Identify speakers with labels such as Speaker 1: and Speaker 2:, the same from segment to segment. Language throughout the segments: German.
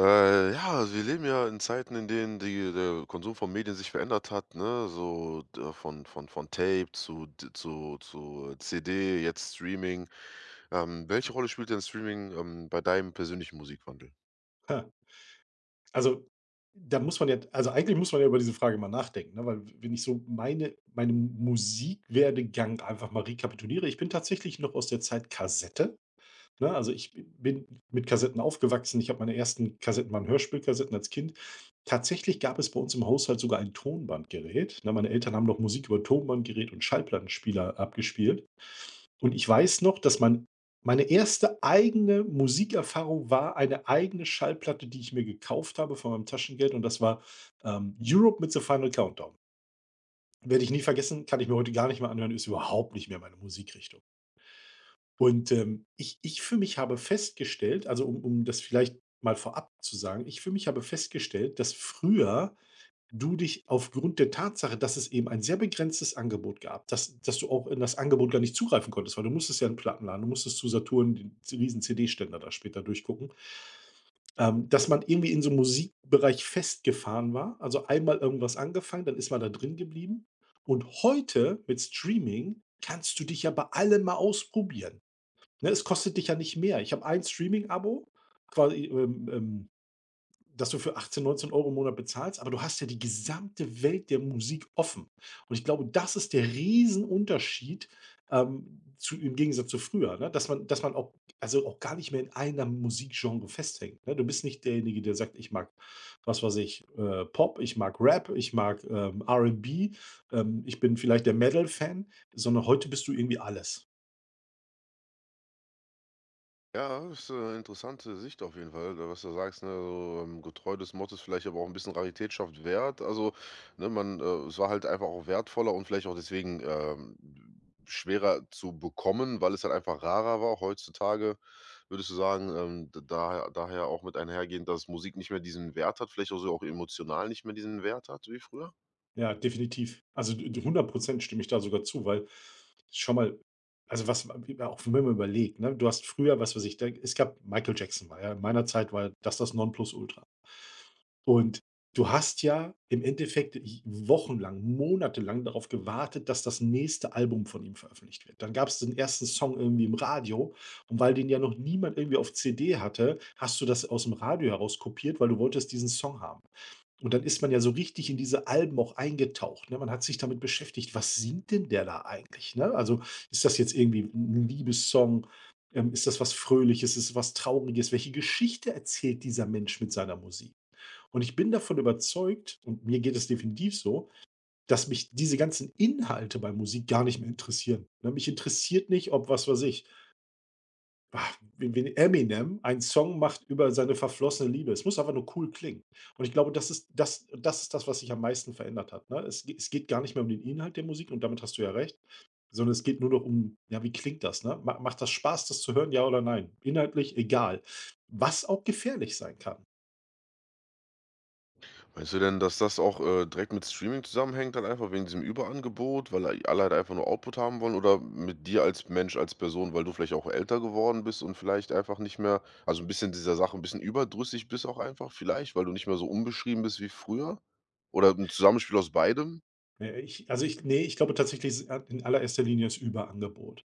Speaker 1: Ja, also wir leben ja in Zeiten, in denen die der Konsum von Medien sich verändert hat, ne? So d von Tape zu d zu CD, jetzt Streaming. Welche Rolle spielt denn Streaming, bei deinem persönlichen Musikwandel?
Speaker 2: Ha, also, da muss man ja also, eigentlich muss man ja über diese Frage mal nachdenken, ne, weil wenn ich so meine Musikwerdegang einfach mal rekapituliere ich bin tatsächlich noch aus der Zeit Kassette, ne? Also, ich bin mit Kassetten aufgewachsen. Ich habe meine ersten Kassetten waren Hörspielkassetten als Kind. Tatsächlich gab es bei uns im Haushalt sogar ein Tonbandgerät, ne? Meine Eltern haben noch Musik über Tonbandgerät und Schallplattenspieler abgespielt. Und ich weiß noch, dass man meine erste eigene Musikerfahrung war eine eigene Schallplatte, die ich mir gekauft habe von meinem Taschengeld und das war, „Europe mit The Final Countdown". Werde ich nie vergessen, kann ich mir heute gar nicht mehr anhören, ist überhaupt nicht mehr meine Musikrichtung. Und, ich für mich habe festgestellt also, um das vielleicht mal vorab zu sagen, ich für mich habe festgestellt, dass früher du dich aufgrund der Tatsache, dass es eben ein sehr begrenztes Angebot gab, dass du auch in das Angebot gar nicht zugreifen konntest, weil du musstest ja in Plattenladen, du musstest zu Saturn den riesen CD-Ständer da später durchgucken, dass man irgendwie in so 'm Musikbereich festgefahren war. Also, einmal irgendwas angefangen, dann ist man da drin geblieben. Und heute mit Streaming kannst du dich ja bei allem mal ausprobieren, ne? Es kostet dich ja nicht mehr. Ich habe ein Streaming-Abo, quasi, dass du für 18, 19 Euro im Monat bezahlst, aber du hast ja die gesamte Welt der Musik offen. Und ich glaube, das ist der Riesenunterschied, zu im Gegensatz zu früher, ne? Dass man auch also, auch gar nicht mehr in einer Musikgenre festhängt, ne? Du bist nicht derjenige, der sagt: „Ich mag, was weiß ich, Pop, ich mag Rap, ich mag, R&B, ich bin vielleicht der Metal-Fan", sondern heute bist du irgendwie alles.
Speaker 1: Ja, das ist eine interessante Sicht auf jeden Fall, was du sagst, ne, so, getreu des Mottos, vielleicht aber auch ein bisschen Rarität schafft Wert. Also, ne, man es war halt einfach auch wertvoller und vielleicht auch deswegen, schwerer zu bekommen, weil es halt einfach rarer war. Heutzutage würdest du sagen, d daher daher auch mit einhergehend, dass Musik nicht mehr diesen Wert hat, vielleicht auch so auch emotional nicht mehr diesen Wert hat wie früher?
Speaker 2: Ja, definitiv. Also, d d 100 stimme ich da sogar zu, weil schon mal also, was auch wenn man überlegt, ne? Du hast früher, was weiß ich, da es gab Michael Jackson war ja in meiner Zeit war das das Nonplusultra. Und du hast ja im Endeffekt j wochenlang, monatelang darauf gewartet, dass das nächste Album von ihm veröffentlicht wird. Dann gab es den ersten Song irgendwie im Radio und weil den ja noch niemand irgendwie auf CD hatte, hast du das aus dem Radio heraus kopiert, weil du wolltest diesen Song haben. Und dann ist man ja so richtig in diese Alben auch eingetaucht, ne? Man hat sich damit beschäftigt, was singt denn der da eigentlich, ne? Also, ist das jetzt irgendwie 'n Liebessong? Ist das was Fröhliches? Ist es was Trauriges? Welche Geschichte erzählt dieser Mensch mit seiner Musik? Und ich bin davon überzeugt, und mir geht es definitiv so, dass mich diese ganzen Inhalte bei Musik gar nicht mehr interessieren, ne? Mich interessiert nicht, ob was weiß ich Ach, wenn Eminem einen Song macht über seine verflossene Liebe. Es muss einfach nur cool klingen. Und ich glaube, das ist das, was sich am meisten verändert hat, ne? Es geht gar nicht mehr um den Inhalt der Musik und damit hast du ja recht, sondern es geht nur noch um, ja, wie klingt das, ne? Ma macht das Spaß, das zu hören, ja oder nein? Inhaltlich egal, was auch gefährlich sein kann.
Speaker 1: Meinst du denn, dass das auch, direkt mit Streaming zusammenhängt dann einfach wegen diesem Überangebot, weil alle halt einfach nur Output haben wollen oder mit dir als Mensch, als Person, weil du vielleicht auch älter geworden bist und vielleicht einfach nicht mehr also ein bisschen dieser Sache ein bisschen überdrüssig bist auch einfach vielleicht, weil du nicht mehr so unbeschrieben bist wie früher? Oder 'n Zusammenspiel aus beidem?
Speaker 2: Ich also ich nee, ich glaube tatsächlich, es ist in allererster Linie das Überangebot.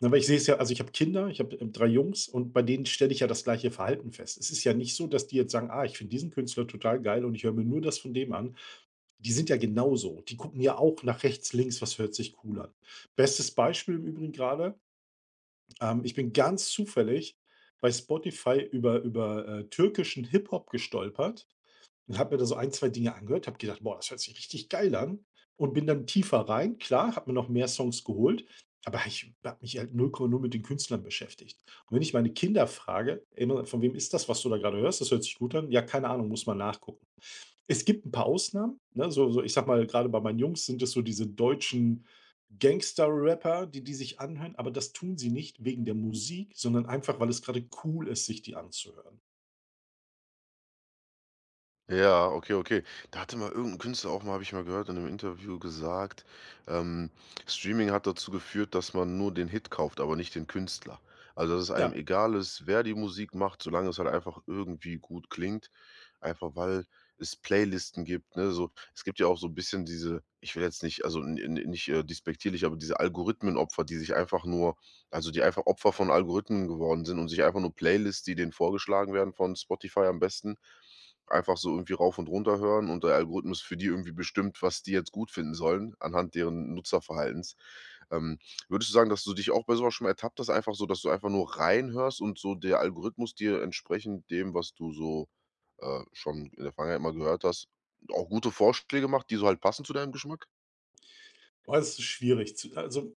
Speaker 2: Na, weil ich sehe es ja also ich habe Kinder, ich habe, 3 Jungs und bei denen stelle ich ja das gleiche Verhalten fest. Es ist ja nicht so, dass die jetzt sagen: „Ah, ich finde diesen Künstler total geil und ich höre mir nur das von dem an." Die sind ja genauso. Die gucken ja auch nach rechts, links, was hört sich cool an. Bestes Beispiel im Übrigen grade, ich bin ganz zufällig bei Spotify über türkischen Hip-Hop gestolpert. Und habe mir da so ein, 2 Dinge angehört, habe gedacht: „Boah, das hört sich richtig geil an" und bin dann tiefer rein. Klar, habe mir noch mehr Songs geholt, aber ich habe mich halt 0,0 mit den Künstlern beschäftigt. Und wenn ich meine Kinder frage, immer: „Von wem ist das, was du da gerade hörst? Das hört sich gut an." „Ja, keine Ahnung, muss man nachgucken." Es gibt ein paar Ausnahmen, ne? So, ich sag mal, gerade bei meinen Jungs sind es so diese deutschen Gangster-Rapper, die die sich anhören, aber das tun sie nicht wegen der Musik, sondern einfach, weil es gerade cool ist, sich die anzuhören.
Speaker 1: Ja, okay, okay. Da hatte mal irgendein Künstler auch mal habe ich mal gehört in einem Interview gesagt, ähm, Streaming hat dazu geführt, dass man nur den Hit kauft, aber nicht den Künstler. Also, dass es einem
Speaker 2: Ja,
Speaker 1: egal ist, wer die Musik macht, solange es halt einfach irgendwie gut klingt, einfach weil es Playlisten gibt, ne? So, es gibt ja auch so ein bisschen diese ich will jetzt nicht also, n n nicht, despektierlich, aber diese Algorithmenopfer, die sich einfach nur also, die einfach Opfer von Algorithmen geworden sind und sich einfach nur Playlists, die denen vorgeschlagen werden von Spotify am besten einfach so irgendwie rauf und runter hören und der Algorithmus für die irgendwie bestimmt, was die jetzt gut finden sollen, anhand deren Nutzerverhaltens. Ähm, würdest du sagen, dass du dich auch bei sowas schon mal ertappt hast, einfach so, dass du einfach nur reinhörst und so der Algorithmus dir entsprechend dem, was du so, schon in der Vergangenheit mal gehört hast, auch gute Vorschläge macht, die so halt passen zu deinem Geschmack?
Speaker 2: boah, das ist schwierig zu also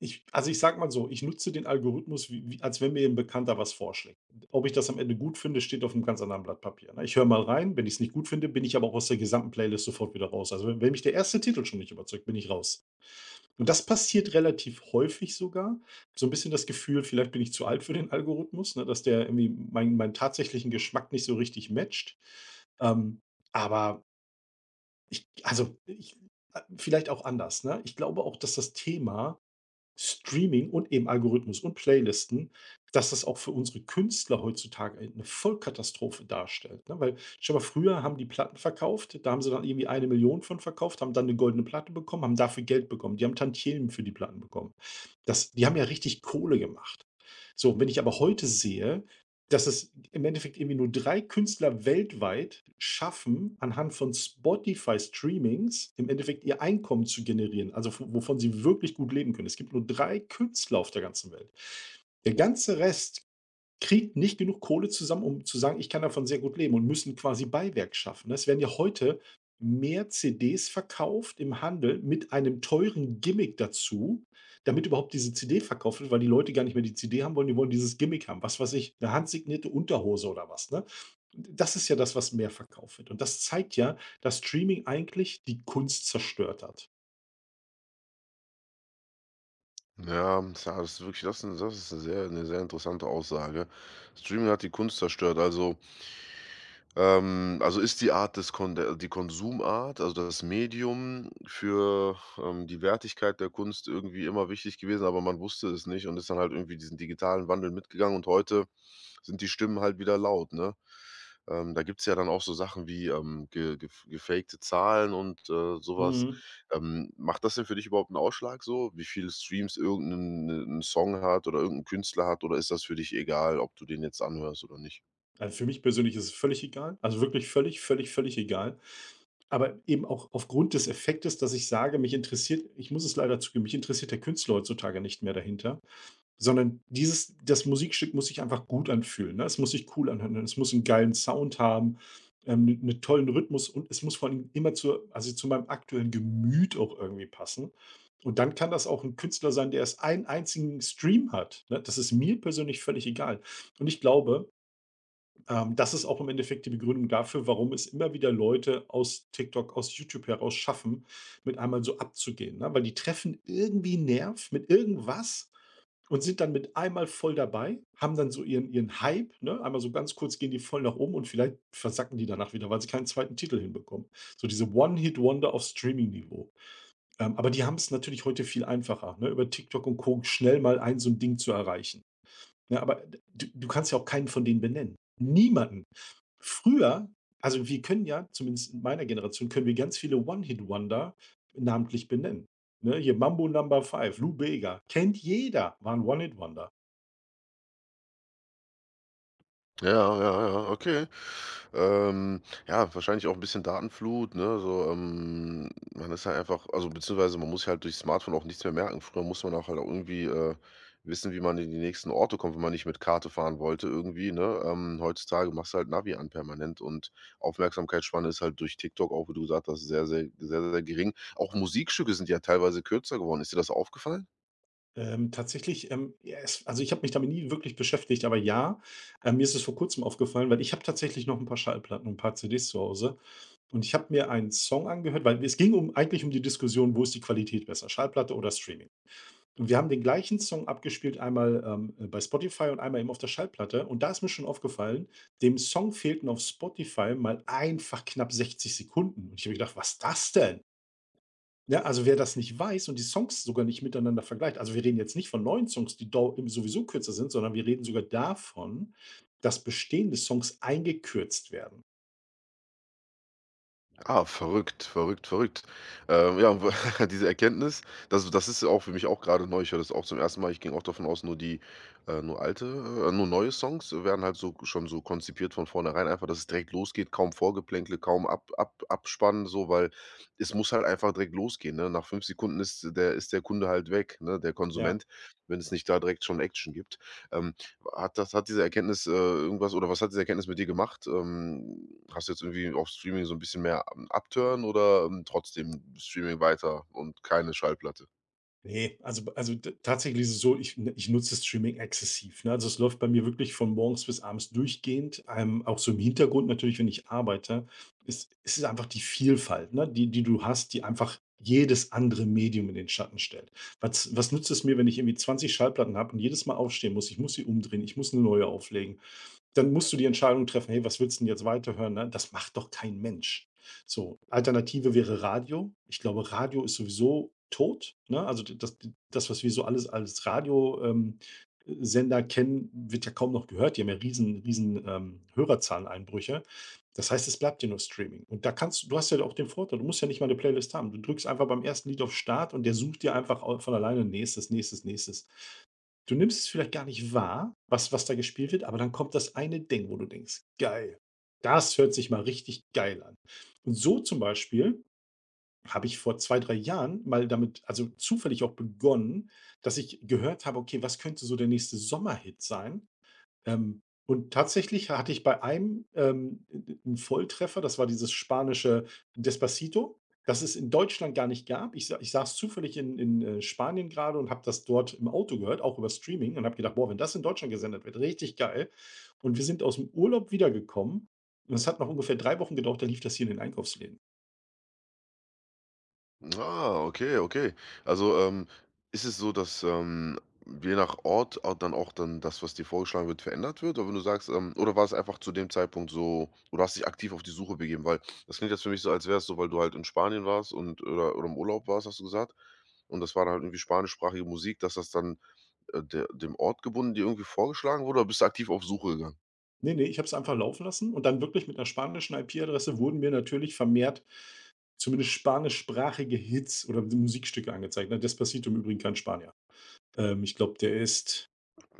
Speaker 2: ich also, ich sage mal so, ich nutze den Algorithmus, wie als wenn mir 'n Bekannter was vorschlägt. Ob ich das am Ende gut finde, steht auf einem ganz anderen Blatt Papier, ne? Ich höre mal rein, wenn ich es nicht gut finde, bin ich aber auch aus der gesamten Playlist sofort wieder raus. Also, wenn mich der erste Titel schon nicht überzeugt, bin ich raus. Und das passiert relativ häufig sogar. So ein bisschen das Gefühl, vielleicht bin ich zu alt für den Algorithmus, ne, dass der irgendwie meinen tatsächlichen Geschmack nicht so richtig matcht. Ähm, aber ich also, ich vielleicht auch anders, ne? Ich glaube auch, dass das Thema Streaming und eben Algorithmus und Playlisten, dass das auch für unsere Künstler heutzutage eine Vollkatastrophe darstellt, ne? Weil stell mal früher haben die Platten verkauft, da haben sie dann irgendwie 1.000.000 von verkauft, haben dann eine goldene Platte bekommen, haben dafür Geld bekommen. Die haben Tantiemen für die Platten bekommen. Das die haben ja richtig Kohle gemacht. So, und wenn ich aber heute sehe, dass es im Endeffekt irgendwie nur 3 Künstler weltweit schaffen, anhand von Spotify-Streamings im Endeffekt ihr Einkommen zu generieren, also w wovon sie wirklich gut leben können. Es gibt nur 3 Künstler auf der ganzen Welt. Der ganze Rest kriegt nicht genug Kohle zusammen, um zu sagen: „Ich kann davon sehr gut leben", und müssen quasi Beiwerk schaffen, ne? Es werden ja heute mehr CDs verkauft im Handel mit einem teuren Gimmick dazu, damit überhaupt diese CD verkauft wird, weil die Leute gar nicht mehr die CD haben wollen, die wollen dieses Gimmick haben. Was weiß ich, eine handsignierte Unterhose oder was, ne? Das ist ja das, was mehr verkauft wird. Und das zeigt ja, dass Streaming eigentlich die Kunst zerstört hat.
Speaker 1: Ja, tja, das ist wirklich das ist 'ne sehr interessante Aussage. Streaming hat die Kunst zerstört. Also Also ist die Art des Kon der die Konsumart, also das Medium für, die Wertigkeit der Kunst irgendwie immer wichtig gewesen, aber man wusste es nicht und ist dann halt irgendwie diesen digitalen Wandel mitgegangen und heute sind die Stimmen halt wieder laut, ne? Da gibt's ja dann auch so Sachen wie, ge gef gefakte Zahlen und, so.
Speaker 2: Mhm.
Speaker 1: Macht das denn für dich überhaupt einen Ausschlag so, wie viele Streams irgendein 'nen Song hat oder irgendein Künstler hat oder ist das für dich egal, ob du den jetzt anhörst oder nicht?
Speaker 2: Also, für mich persönlich ist es völlig egal. Also, wirklich völlig, völlig, völlig egal. Aber eben auch aufgrund des Effektes, dass ich sage, mich interessiert ich muss es leider zugeben, mich interessiert der Künstler heutzutage nicht mehr dahinter, sondern dieses das Musikstück muss sich einfach gut anfühlen, ne? Es muss sich cool anhören, es muss einen geilen Sound haben, 'ne tollen Rhythmus und es muss vor allem immer also, zu meinem aktuellen Gemüt auch irgendwie passen. Und dann kann das auch ein Künstler sein, der erst einen einzigen Stream hat, ne? Das ist mir persönlich völlig egal. Und ich glaube das ist auch im Endeffekt die Begründung dafür, warum es immer wieder Leute aus TikTok, aus YouTube heraus schaffen, mit einmal so abzugehen, ne? Weil die treffen irgendwie 'n Nerv mit irgendwas und sind dann mit einmal voll dabei, haben dann so ihren Hype, ne? Einmal so ganz kurz gehen die voll nach oben und vielleicht versacken die danach wieder, weil sie keinen zweiten Titel hinbekommen. So diese One-Hit-Wonder auf Streaming-Niveau. Aber die haben es natürlich heute viel einfacher, ne, über TikTok und Co. schnell mal ein so 'n Ding zu erreichen. Ja, aber du kannst ja auch keinen von denen benennen. Niemanden. Früher also, wir können ja, zumindest in meiner Generation, können wir ganz viele One-Hit-Wonder namentlich benennen, ne? Hier Mambo Number Five, Lou Bega, kennt jeder, war 'n One-Hit-Wonder.
Speaker 1: Ja, ja, ja, okay. Ähm, ja, wahrscheinlich auch ein bisschen Datenflut, ne? So, man ist halt einfach also, beziehungsweise man muss sich halt durchs Smartphone auch nichts mehr merken. Früher musste man auch halt auch irgendwie, wissen, wie man in die nächsten Orte kommt, wenn man nicht mit Karte fahren wollte irgendwie, ne? Heutzutage machst du halt Navi an permanent und Aufmerksamkeitsspanne ist halt durch TikTok auch, wie du gesagt hast, sehr, sehr gering. Auch Musikstücke sind ja teilweise kürzer geworden. Ist dir das aufgefallen?
Speaker 2: Tatsächlich, ja, es also, ich habe mich damit nie wirklich beschäftigt, aber ja, mir ist es vor Kurzem aufgefallen, weil ich habe tatsächlich noch ein paar Schallplatten und ein paar CDs zu Hause und ich habe mir einen Song angehört, weil es ging um eigentlich um die Diskussion, wo ist die Qualität besser, Schallplatte oder Streaming? Wir haben den gleichen Song abgespielt, einmal, bei Spotify und einmal eben auf der Schallplatte. Und da ist mir schon aufgefallen, dem Song fehlten auf Spotify mal einfach knapp 60 Sekunden. Und ich habe gedacht: „Was ist das denn?" Ne, also, wer das nicht weiß und die Songs sogar nicht miteinander vergleicht also, wir reden jetzt nicht von neuen Songs, die dau sowieso kürzer sind, sondern wir reden sogar davon, dass bestehende Songs eingekürzt werden.
Speaker 1: Ah, verrückt, verrückt, verrückt. Ja, diese Erkenntnis, das ist auch für mich auch gerade neu. Ich höre das auch zum ersten Mal. Ich ging auch davon aus, nur die nur alte nur neue Songs werden halt so schon so konzipiert von vornherein einfach, dass es direkt losgeht, kaum Vorgeplänkle, kaum Ab Ab abspannen, so, weil es muss halt einfach direkt losgehen, ne? Nach 5 Sekunden ist der Kunde halt weg, ne, der
Speaker 2: Ja.
Speaker 1: Konsument, wenn es nicht da direkt schon Action gibt. Ähm, hat das hat diese Erkenntnis, irgendwas oder was hat diese Erkenntnis mit dir gemacht? Hast du jetzt irgendwie auf Streaming so ein bisschen mehr Abtören oder, trotzdem Streaming weiter und keine Schallplatte?
Speaker 2: Nee, also t tatsächlich ist es so, ich nutze das Streaming exzessiv, ne? Also, es läuft bei mir wirklich von morgens bis abends durchgehend, auch so im Hintergrund natürlich, wenn ich arbeite. Ist es einfach die Vielfalt, ne, die die du hast, die einfach jedes andere Medium in den Schatten stellt. Was nützt es mir, wenn ich irgendwie 20 Schallplatten habe und jedes Mal aufstehen muss? Ich muss sie umdrehen, ich muss eine neue auflegen. Dann musst du die Entscheidung treffen: „Hey, was willst 'n jetzt weiterhören", ne? Das macht doch kein Mensch. So, Alternative wäre Radio. Ich glaube, Radio ist sowieso tot, ne? Also, das das, was wir so alles als Radio, Sender kennen, wird ja kaum noch gehört. Die haben ja riesen riesen, Hörerzahleneinbrüche. Das heißt, es bleibt dir nur Streaming. Und da kannst du hast ja auch den Vorteil, du musst ja nicht mal eine Playlist haben. Du drückst einfach beim ersten Lied auf Start und der sucht dir einfach au von alleine nächstes, nächstes, nächstes. Du nimmst es vielleicht gar nicht wahr, was da gespielt wird, aber dann kommt das eine Ding, wo du denkst: „Geil, das hört sich mal richtig geil an." Und so zum Beispiel habe ich vor 2 3 Jahren mal damit also zufällig auch begonnen, dass ich gehört habe: „Okay, was könnte so der nächste Sommerhit sein?" Und tatsächlich hatte ich bei einem 'n Volltreffer. Das war dieses spanische Despacito, das es in Deutschland gar nicht gab. Ich saß zufällig in Spanien gerade und habe das dort im Auto gehört, auch über Streaming und habe gedacht: „Boah, wenn das in Deutschland gesendet wird, richtig geil." Und wir sind aus dem Urlaub wiedergekommen und es hat noch ungefähr 3 Wochen gedauert, da lief das hier in den Einkaufsläden.
Speaker 1: Ah, okay, okay. Also, ist es so, dass, je nach Ort au dann auch dann das, was dir vorgeschlagen wird, verändert wird? Oder wenn du sagst, oder war es einfach zu dem Zeitpunkt so oder hast dich aktiv auf die Suche begeben? Weil das klingt jetzt für mich so, als wäre es so, weil du halt in Spanien warst und oder im Urlaub warst, hast du gesagt, und das war dann halt irgendwie spanischsprachige Musik, dass das dann, der dem Ort gebunden dir irgendwie vorgeschlagen wurde oder bist du aktiv auf Suche gegangen?
Speaker 2: Ne, ne, ich habe es einfach laufen lassen und dann wirklich mit einer spanischen IP-Adresse wurden mir natürlich vermehrt zumindest spanischsprachige Hits oder Musikstücke angezeigt, ne? Despacito im Übrigen kein Spanier. Ich glaube, der ist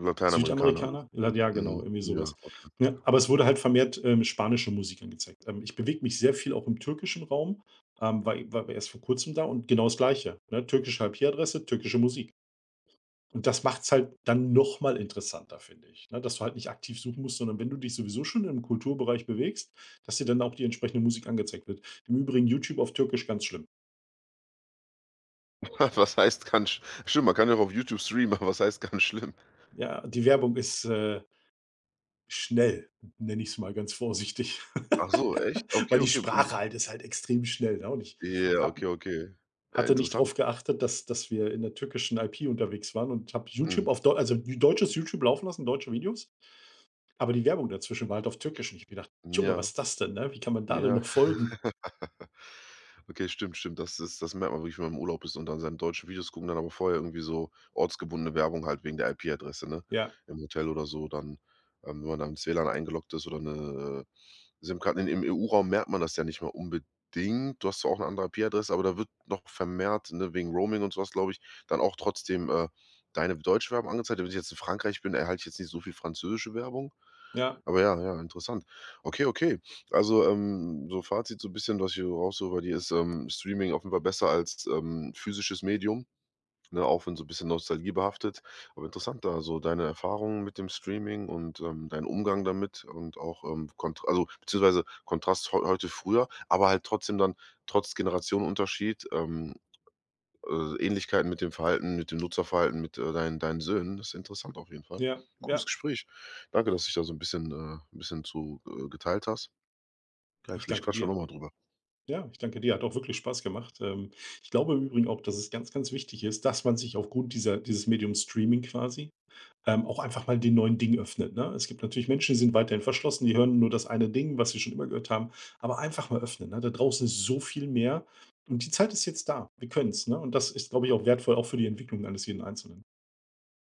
Speaker 1: Lateinamerikaner.
Speaker 2: Südamerikaner? La Ja, genau,
Speaker 1: Mhm.
Speaker 2: irgendwie
Speaker 1: Ja.
Speaker 2: sowas. Ne, aber es wurde halt vermehrt, spanische Musik angezeigt. Ich bewege mich sehr viel auch im türkischen Raum, war erst vor Kurzem da und genau das Gleiche, ne? Türkische IP, türkische Musik. Und das macht es halt dann noch mal interessanter, finde ich, ne, dass du halt nicht aktiv suchen musst, sondern wenn du dich sowieso schon im Kulturbereich bewegst, dass dir dann auch die entsprechende Musik angezeigt wird. Im Übrigen YouTube auf Türkisch ganz schlimm.
Speaker 1: Was heißt ganz sch stimmt, man kann ja auch auf YouTube streamen, aber was heißt ganz schlimm?
Speaker 2: Ja, die Werbung ist, schnell, nenne ich es mal ganz vorsichtig.
Speaker 1: Ach so, echt? Okay,
Speaker 2: Weil die
Speaker 1: okay.
Speaker 2: Sprache halt ist halt extrem schnell, ne? Und ich
Speaker 1: Ja,
Speaker 2: habe
Speaker 1: okay, okay.
Speaker 2: hatte nicht
Speaker 1: Interessant.
Speaker 2: drauf geachtet, dass wir in der türkischen IP unterwegs waren und habe YouTube
Speaker 1: Mhm.
Speaker 2: auf deu also, deutsches YouTube laufen lassen, deutsche Videos, aber die Werbung dazwischen war halt auf türkisch und ich habe gedacht: „Junge, was
Speaker 1: Ja,
Speaker 2: ist das denn, ne? Wie kann man da denn
Speaker 1: ja.
Speaker 2: noch folgen?"
Speaker 1: Okay, stimmt, stimmt. Das ist das merkt man wirklich, wenn man im Urlaub ist und dann seine deutschen Videos gucken, dann aber vorher irgendwie so ortsgebundene Werbung halt wegen der IP-Adresse, ne?
Speaker 2: Ja,
Speaker 1: Im Hotel oder so, dann, wenn man da ins WLAN eingeloggt ist oder eine SIM-Karte im EU-Raum merkt man das ja nicht mehr unbedingt. Du hast zwar auch eine andere IP-Adresse, aber da wird noch vermehrt, ne, wegen Roaming und sowas glaube ich, dann auch trotzdem, deine deutsche Werbung angezeigt. Wenn ich jetzt in Frankreich bin, erhalte ich jetzt nicht so viel französische Werbung.
Speaker 2: ja,
Speaker 1: Aber ja, ja, interessant. Okay, okay. Also, so Fazit, so 'n bisschen, was ich hier raushöre bei dir ist, Streaming offenbar besser als, physisches Medium, ne, auch wenn so 'n bisschen Nostalgie behaftet. Aber interessant da so deine Erfahrungen mit dem Streaming und, dein Umgang damit und auch, Kont also, beziehungsweise Kontrast heute früher, aber halt trotzdem dann trotz Generationenunterschied, Ähnlichkeiten mit dem Verhalten mit dem Nutzerverhalten mit, deinen Söhnen. Das ist interessant auf jeden Fall.
Speaker 2: ja,
Speaker 1: Cooles
Speaker 2: ja.
Speaker 1: Gespräch. Danke, dass du dich da so ein bisschen 'n bisschen zu, geteilt hast. Geil,
Speaker 2: Ich
Speaker 1: vielleicht
Speaker 2: danke
Speaker 1: quatschen wir
Speaker 2: dir.
Speaker 1: nochmal drüber.
Speaker 2: Ja, ich danke dir. Hat auch wirklich Spaß gemacht. Ich glaube im Übrigen auch, dass es ganz, ganz wichtig ist, dass man sich aufgrund dieser dieses Mediums Streaming quasi, auch einfach mal den neuen Dingen öffnet, ne? Es gibt natürlich Menschen, die sind weiterhin verschlossen, die hören nur das eine Ding, was sie schon immer gehört haben, aber einfach mal öffnen, ne? Da draußen ist so viel mehr und die Zeit ist jetzt da. Wir können's, ne? Und das ist, glaube ich, auch wertvoll, auch für die Entwicklung eines jeden Einzelnen.